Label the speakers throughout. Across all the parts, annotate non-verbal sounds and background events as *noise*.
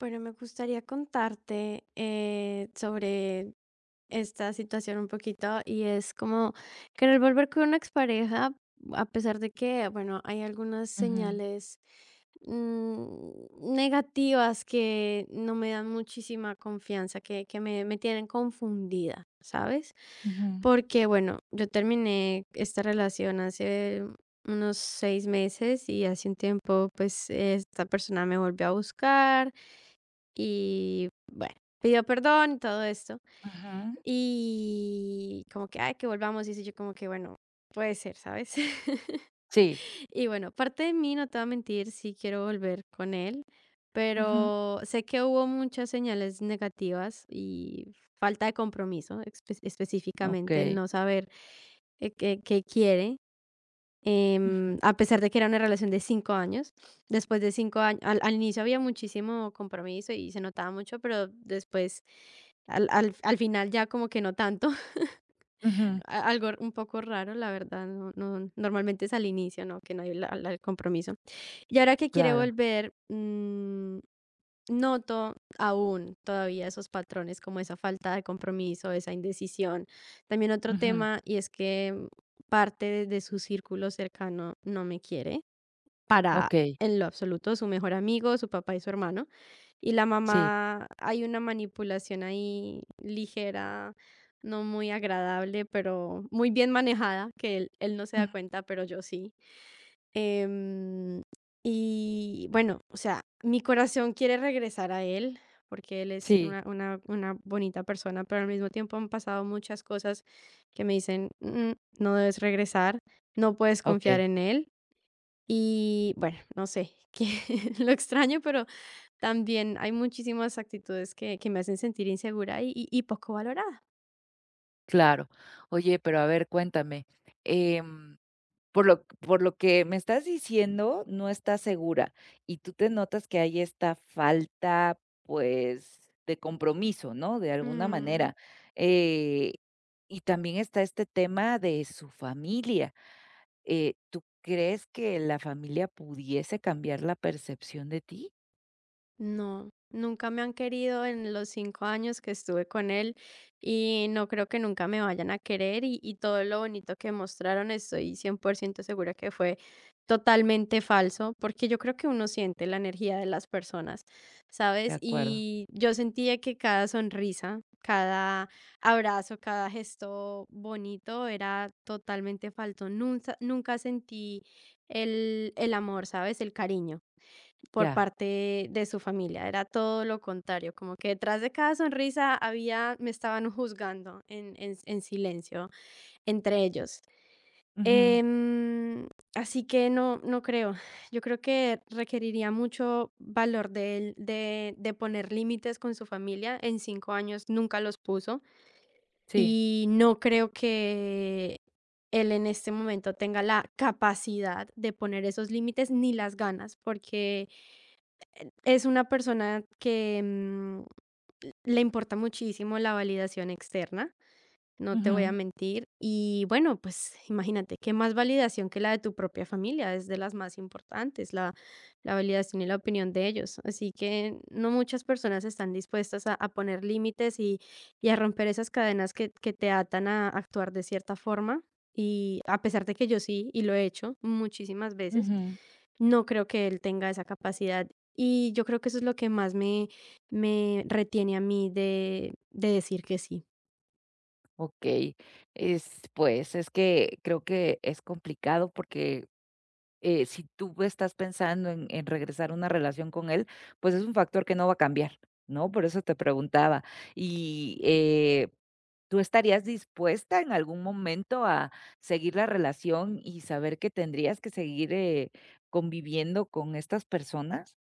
Speaker 1: Bueno, me gustaría contarte sobre esta situación un poquito y es como querer volver con una expareja, a pesar de que, bueno, hay algunas
Speaker 2: Ujú,
Speaker 1: señales negativas que no me dan muchísima confianza, que me tienen confundida, ¿sabes?
Speaker 2: ujú,
Speaker 1: Porque, bueno, yo terminé esta relación hace unos 6 meses y hace un tiempo, pues, esta persona me volvió a buscar y bueno, pidió perdón y todo esto.
Speaker 2: ujú.
Speaker 1: Y como que, ay, que volvamos. Y así yo como que, bueno, puede ser, ¿sabes? *laughs*
Speaker 2: Sí.
Speaker 1: Y bueno, parte de mí, no te voy a mentir, sí quiero volver con él,
Speaker 2: Ujú.
Speaker 1: pero sé que hubo muchas señales negativas y falta de compromiso, específicamente el
Speaker 2: Okey.
Speaker 1: no saber qué quiere,
Speaker 2: Ujú,
Speaker 1: a pesar de que era una relación de 5 años. Después de 5 años, al inicio había muchísimo compromiso y se notaba mucho, pero después, al final ya como que no tanto.
Speaker 2: ujú.
Speaker 1: *laughs* Algo un poco raro, la verdad, no, normalmente es al inicio, ¿no? Que no hay el compromiso. Y ahora que quiere
Speaker 2: Claro.
Speaker 1: volver, noto aún todavía esos patrones, como esa falta de compromiso, esa indecisión. También otro
Speaker 2: Ujú.
Speaker 1: tema, y es que parte de su círculo cercano no me quiere para
Speaker 2: Okey.
Speaker 1: en lo absoluto, su mejor amigo, su papá y su hermano. Y la
Speaker 2: Sí.
Speaker 1: mamá, hay una manipulación ahí ligera, no muy agradable, pero muy bien manejada, que él no se
Speaker 2: Ujú.
Speaker 1: da cuenta, pero yo sí. Em, y bueno, o sea, mi corazón quiere regresar a él, porque él es
Speaker 2: Sí,
Speaker 1: una bonita persona, pero al mismo tiempo han pasado muchas cosas que me dicen: "Mm, no debes regresar, no puedes confiar
Speaker 2: okey,
Speaker 1: en él". Y bueno, no sé, que *laughs* lo extraño, pero también hay muchísimas actitudes que me hacen sentir insegura y poco valorada.
Speaker 2: claro. Oye, pero a ver, cuéntame, em, por lo que me estás diciendo, no estás segura, y tú te notas que hay esta falta, pues, de compromiso, ¿no?, de alguna
Speaker 1: Mm.
Speaker 2: manera, eh, y también está este tema de su familia. ¿Tú crees que la familia pudiese cambiar la percepción de ti?
Speaker 1: No, nunca me han querido en los 5 años que estuve con él y no creo que nunca me vayan a querer, y todo lo bonito que mostraron estoy 100% segura que fue totalmente falso, porque yo creo que uno siente la energía de las personas,
Speaker 2: De
Speaker 1: ¿sabes?
Speaker 2: acuerdo.
Speaker 1: Y yo sentía que cada sonrisa, cada abrazo, cada gesto bonito era totalmente falso. Nunca, nunca sentí el amor, ¿sabes? El cariño. Por
Speaker 2: Ya.
Speaker 1: parte de su familia, era todo lo contrario, como que detrás de cada sonrisa había me estaban juzgando en silencio entre ellos.
Speaker 2: Ujú.
Speaker 1: Em, Así que no, no creo. Yo creo que requeriría mucho valor de él, de poner límites con su familia. En 5 años nunca los puso
Speaker 2: Sí.
Speaker 1: y no creo que él en este momento tenga la capacidad de poner esos límites ni las ganas, porque es una persona que, le importa muchísimo la validación externa, no te voy a
Speaker 2: Ujú,
Speaker 1: mentir. Y bueno, pues imagínate, ¿qué más validación que la de tu propia familia? Es de las más importantes, la validación y la opinión de ellos. Así que no muchas personas están dispuestas a poner límites y a romper esas cadenas que te atan a actuar de cierta forma. Y a pesar de que yo sí, y lo he hecho muchísimas veces,
Speaker 2: ujú.
Speaker 1: no creo que él tenga esa capacidad. Y yo creo que eso es lo que más me retiene a mí de decir que sí.
Speaker 2: Okey. Es, pues, es que creo que es complicado porque, si tú estás pensando en regresar a una relación con él, pues, es un factor que no va a cambiar, ¿no? Por eso te preguntaba. Y, eh ¿Tú estarías dispuesta en algún momento a seguir la relación y saber que tendrías que seguir, conviviendo con estas personas?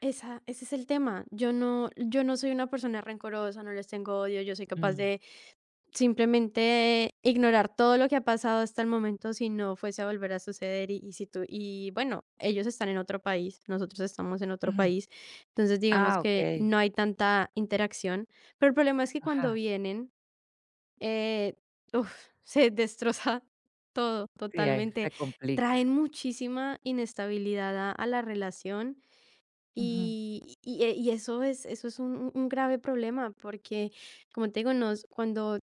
Speaker 1: Ese es el tema. Yo no soy una persona rencorosa, no les tengo odio, yo soy capaz
Speaker 2: Mm,
Speaker 1: de simplemente ignorar todo lo que ha pasado hasta el momento si no fuese a volver a suceder, y si tú, y bueno, ellos están en otro país, nosotros estamos en otro
Speaker 2: ujú.
Speaker 1: país, entonces digamos
Speaker 2: Ah,
Speaker 1: que
Speaker 2: okey.
Speaker 1: no hay tanta interacción, pero el problema es que cuando
Speaker 2: Ajá.
Speaker 1: vienen, Eh, uf, *laughs* se destroza todo
Speaker 2: Sí, ahí
Speaker 1: totalmente.
Speaker 2: se complica.
Speaker 1: Traen muchísima inestabilidad a la relación,
Speaker 2: Ujú,
Speaker 1: y eso es un grave problema porque, como te digo, cuando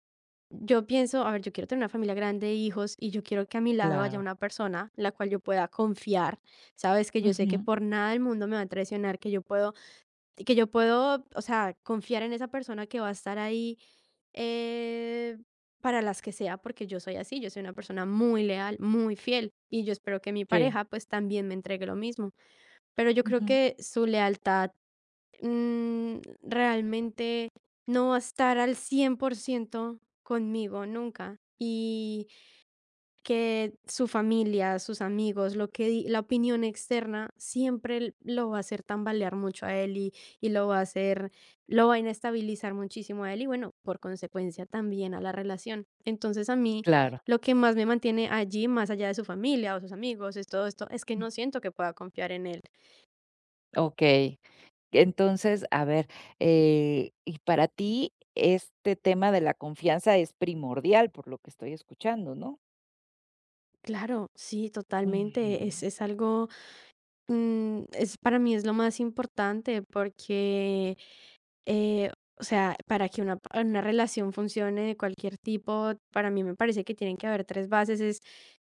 Speaker 1: yo pienso, a ver, yo quiero tener una familia grande, hijos, y yo quiero que a mi lado haya
Speaker 2: claro.
Speaker 1: una persona en la cual yo pueda confiar, sabes, que yo sé que
Speaker 2: Ujú,
Speaker 1: por nada del mundo me va a traicionar, que yo puedo, o sea, confiar en esa persona que va a estar ahí, eh, para las que sea, porque yo soy así, yo soy una persona muy leal, muy fiel, y yo espero que mi
Speaker 2: sí.
Speaker 1: pareja, pues, también me entregue lo mismo. Pero yo creo
Speaker 2: Ujú,
Speaker 1: que su lealtad, mm, realmente no va a estar al 100% conmigo nunca. Y que su familia, sus amigos, lo que la opinión externa siempre lo va a hacer tambalear mucho a él y lo va a inestabilizar muchísimo a él y bueno, por consecuencia también a la relación. Entonces a mí
Speaker 2: claro.
Speaker 1: lo que más me mantiene allí, más allá de su familia o sus amigos, es todo esto, es que
Speaker 2: Mm.
Speaker 1: no siento que pueda confiar en él.
Speaker 2: Entonces, a ver, y para ti este tema de la confianza es primordial, por lo que estoy escuchando, ¿no?
Speaker 1: Claro, sí, totalmente, es,
Speaker 2: Ujú,
Speaker 1: es algo, para mí es lo más importante porque Eh, o sea, para que una relación funcione de cualquier tipo, para mí me parece que tienen que haber 3 bases: es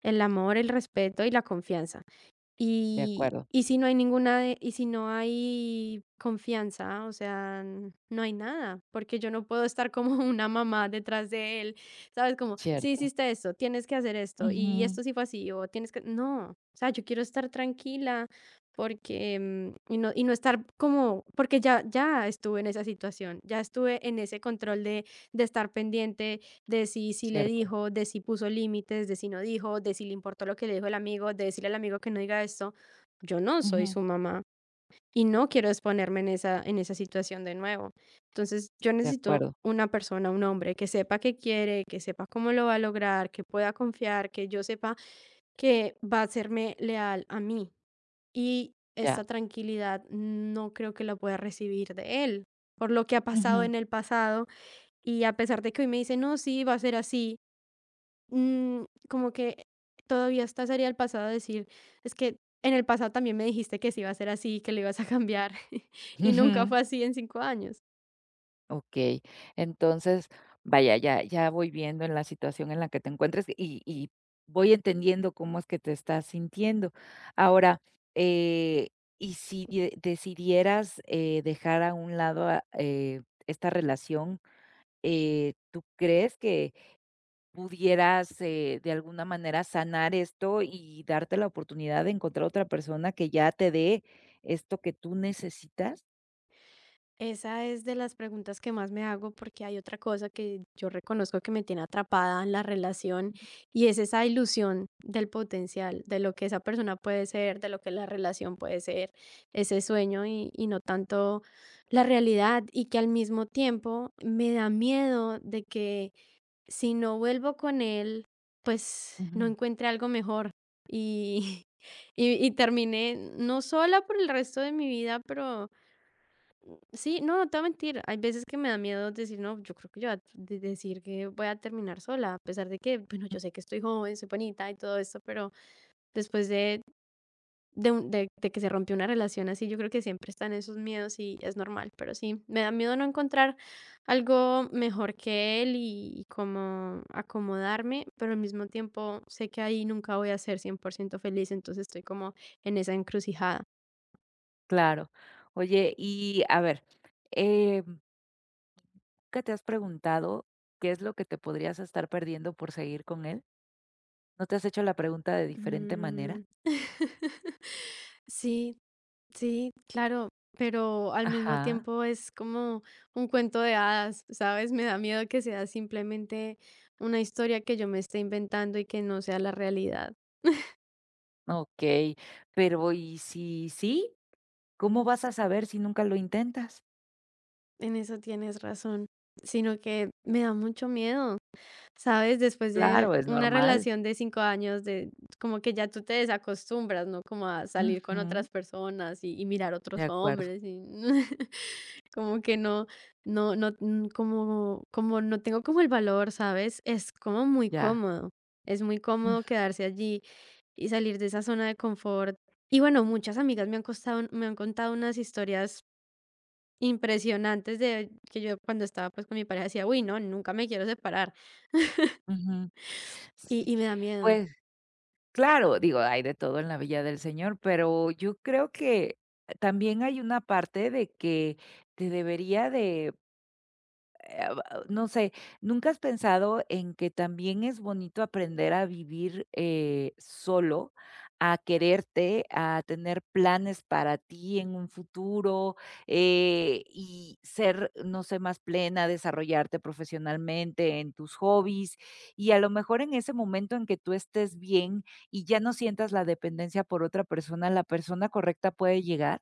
Speaker 1: el amor, el respeto y la confianza.
Speaker 2: de
Speaker 1: Y
Speaker 2: acuerdo,
Speaker 1: y si no hay ninguna de y si no hay confianza, o sea, no hay nada, porque yo no puedo estar como *laughs* una mamá detrás de él, ¿sabes? Como, sí
Speaker 2: cierto.
Speaker 1: hiciste esto, tienes que hacer esto, y esto sí fue así, o tienes que no, o sea, yo quiero estar tranquila porque, y no estar como porque ya estuve en esa situación, ya estuve en ese control de estar pendiente de si le
Speaker 2: Cierto.
Speaker 1: dijo, de si puso límites, de si no dijo, de si le importó lo que le dijo el amigo, de decirle al amigo que no diga esto. Yo no soy
Speaker 2: Ujú.
Speaker 1: su mamá y no quiero exponerme en esa situación de nuevo. Entonces, yo
Speaker 2: De
Speaker 1: necesito
Speaker 2: acuerdo,
Speaker 1: una persona, un hombre que sepa qué quiere, que sepa cómo lo va a lograr, que pueda confiar, que yo sepa que va a serme leal a mí. Y
Speaker 2: ya.
Speaker 1: esta tranquilidad no creo que la pueda recibir de él, por lo que ha pasado
Speaker 2: Ujú.
Speaker 1: en el pasado. Y a pesar de que hoy me dice, no, sí, va a ser así, Mm, como que todavía está, sería el pasado decir, es que en el pasado también me dijiste que sí iba a ser así, que lo ibas a cambiar, *laughs* y nunca
Speaker 2: Ujú.
Speaker 1: fue así en 5 años.
Speaker 2: Okey. Entonces, vaya, ya voy viendo en la situación en la que te encuentres y voy entendiendo cómo es que te estás sintiendo. Ahora, eh, y si de decidieras, dejar a un lado a esta relación, ¿tú crees que pudieras, de alguna manera sanar esto y darte la oportunidad de encontrar otra persona que ya te dé esto que tú necesitas?
Speaker 1: Esa es de las preguntas que más me hago porque hay otra cosa que yo reconozco que me tiene atrapada en la relación, y es esa ilusión del potencial, de lo que esa persona puede ser, de lo que la relación puede ser, ese sueño y no tanto la realidad, y que al mismo tiempo me da miedo de que si no vuelvo con él, pues no
Speaker 2: Ujú,
Speaker 1: encuentre algo mejor. Y, *laughs* y terminé no sola por el resto de mi vida, pero sí, no, no te voy a mentir. Hay veces que me da miedo decir, no, yo creo que yo voy a decir que voy a terminar sola, a pesar de que, bueno, yo sé que estoy joven, soy bonita y todo esto, pero después de un de que se rompió una relación así, yo creo que siempre están esos miedos y es normal, pero sí, me da miedo no encontrar algo mejor que él y como acomodarme, pero al mismo tiempo sé que ahí nunca voy a ser 100% feliz, entonces estoy como en esa encrucijada.
Speaker 2: claro. Oye, y a ver, eh, ¿nunca te has preguntado qué es lo que te podrías estar perdiendo por seguir con él? ¿No te has hecho la pregunta de diferente manera?
Speaker 1: Mm, sí, sí, claro, pero al mismo
Speaker 2: Ajá,
Speaker 1: tiempo es como un cuento de hadas, ¿sabes? Me da miedo que sea simplemente una historia que yo me esté inventando y que no sea la realidad.
Speaker 2: okey. Pero, ¿y si sí? ¿Cómo vas a saber si nunca lo intentas?
Speaker 1: En eso tienes razón, sino que me da mucho miedo, ¿sabes? Después de
Speaker 2: Claro, es
Speaker 1: una
Speaker 2: normal.
Speaker 1: relación de 5 años, de como que ya tú te desacostumbras, ¿no? Como a salir con
Speaker 2: Ujú.
Speaker 1: otras personas y mirar
Speaker 2: De
Speaker 1: otros
Speaker 2: acuerdo,
Speaker 1: hombres y *laughs* como que no, no, no, como no tengo como el valor, ¿sabes? Es como muy
Speaker 2: ya.
Speaker 1: cómodo, es muy cómodo quedarse allí y salir de esa zona de confort. Y bueno, muchas amigas me han contado unas historias impresionantes, de que yo cuando estaba, pues, con mi pareja decía: "Uy, no, nunca me quiero separar",
Speaker 2: Ujú.
Speaker 1: y
Speaker 2: Sí,
Speaker 1: y me da miedo.
Speaker 2: pues claro, digo, hay de todo en la Villa del Señor, pero yo creo que también hay una parte de que te debería de eh, no sé, ¿nunca has pensado en que también es bonito aprender a vivir solo, a quererte, a tener planes para ti en un futuro y ser, no sé, más plena, desarrollarte profesionalmente en tus hobbies y a lo mejor en ese momento en que tú estés bien y ya no sientas la dependencia por otra persona, la persona correcta puede llegar?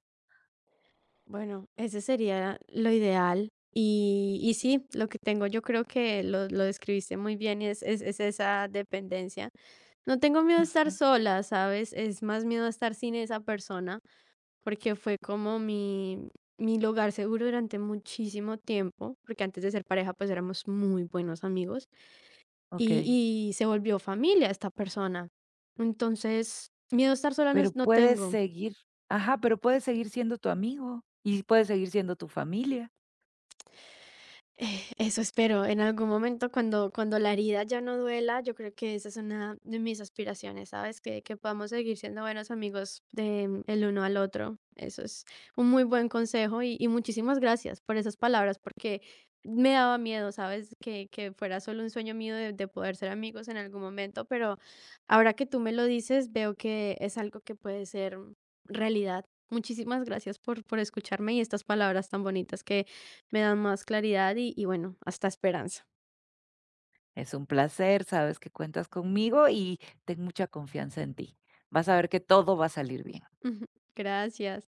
Speaker 1: Bueno, ese sería lo ideal. Y sí, lo que tengo yo creo que lo describiste muy bien, y es esa dependencia. No tengo miedo a
Speaker 2: Ujú,
Speaker 1: estar sola, ¿sabes? Es más miedo a estar sin esa persona, porque fue como mi lugar seguro durante muchísimo tiempo, porque antes de ser pareja, pues, éramos muy buenos amigos. Y
Speaker 2: ok.
Speaker 1: y se volvió familia esta persona. Entonces, miedo a estar sola no
Speaker 2: Pero
Speaker 1: es no
Speaker 2: puedes
Speaker 1: tengo.
Speaker 2: seguir, ajá, pero puedes seguir siendo tu amigo y puedes seguir siendo tu familia.
Speaker 1: Eso espero, en algún momento cuando la herida ya no duela, yo creo que esa es una de mis aspiraciones, ¿sabes? Que podamos seguir siendo buenos amigos de el uno al otro. Eso es un muy buen consejo, y muchísimas gracias por esas palabras, porque me daba miedo, ¿sabes? Que fuera solo un sueño mío de poder ser amigos en algún momento, pero ahora que tú me lo dices, veo que es algo que puede ser realidad. Muchísimas gracias por escucharme y estas palabras tan bonitas que me dan más claridad y bueno, hasta esperanza.
Speaker 2: Es un placer, sabes que cuentas conmigo y ten mucha confianza en ti. Vas a ver que todo va a salir bien.
Speaker 1: *laughs* Gracias.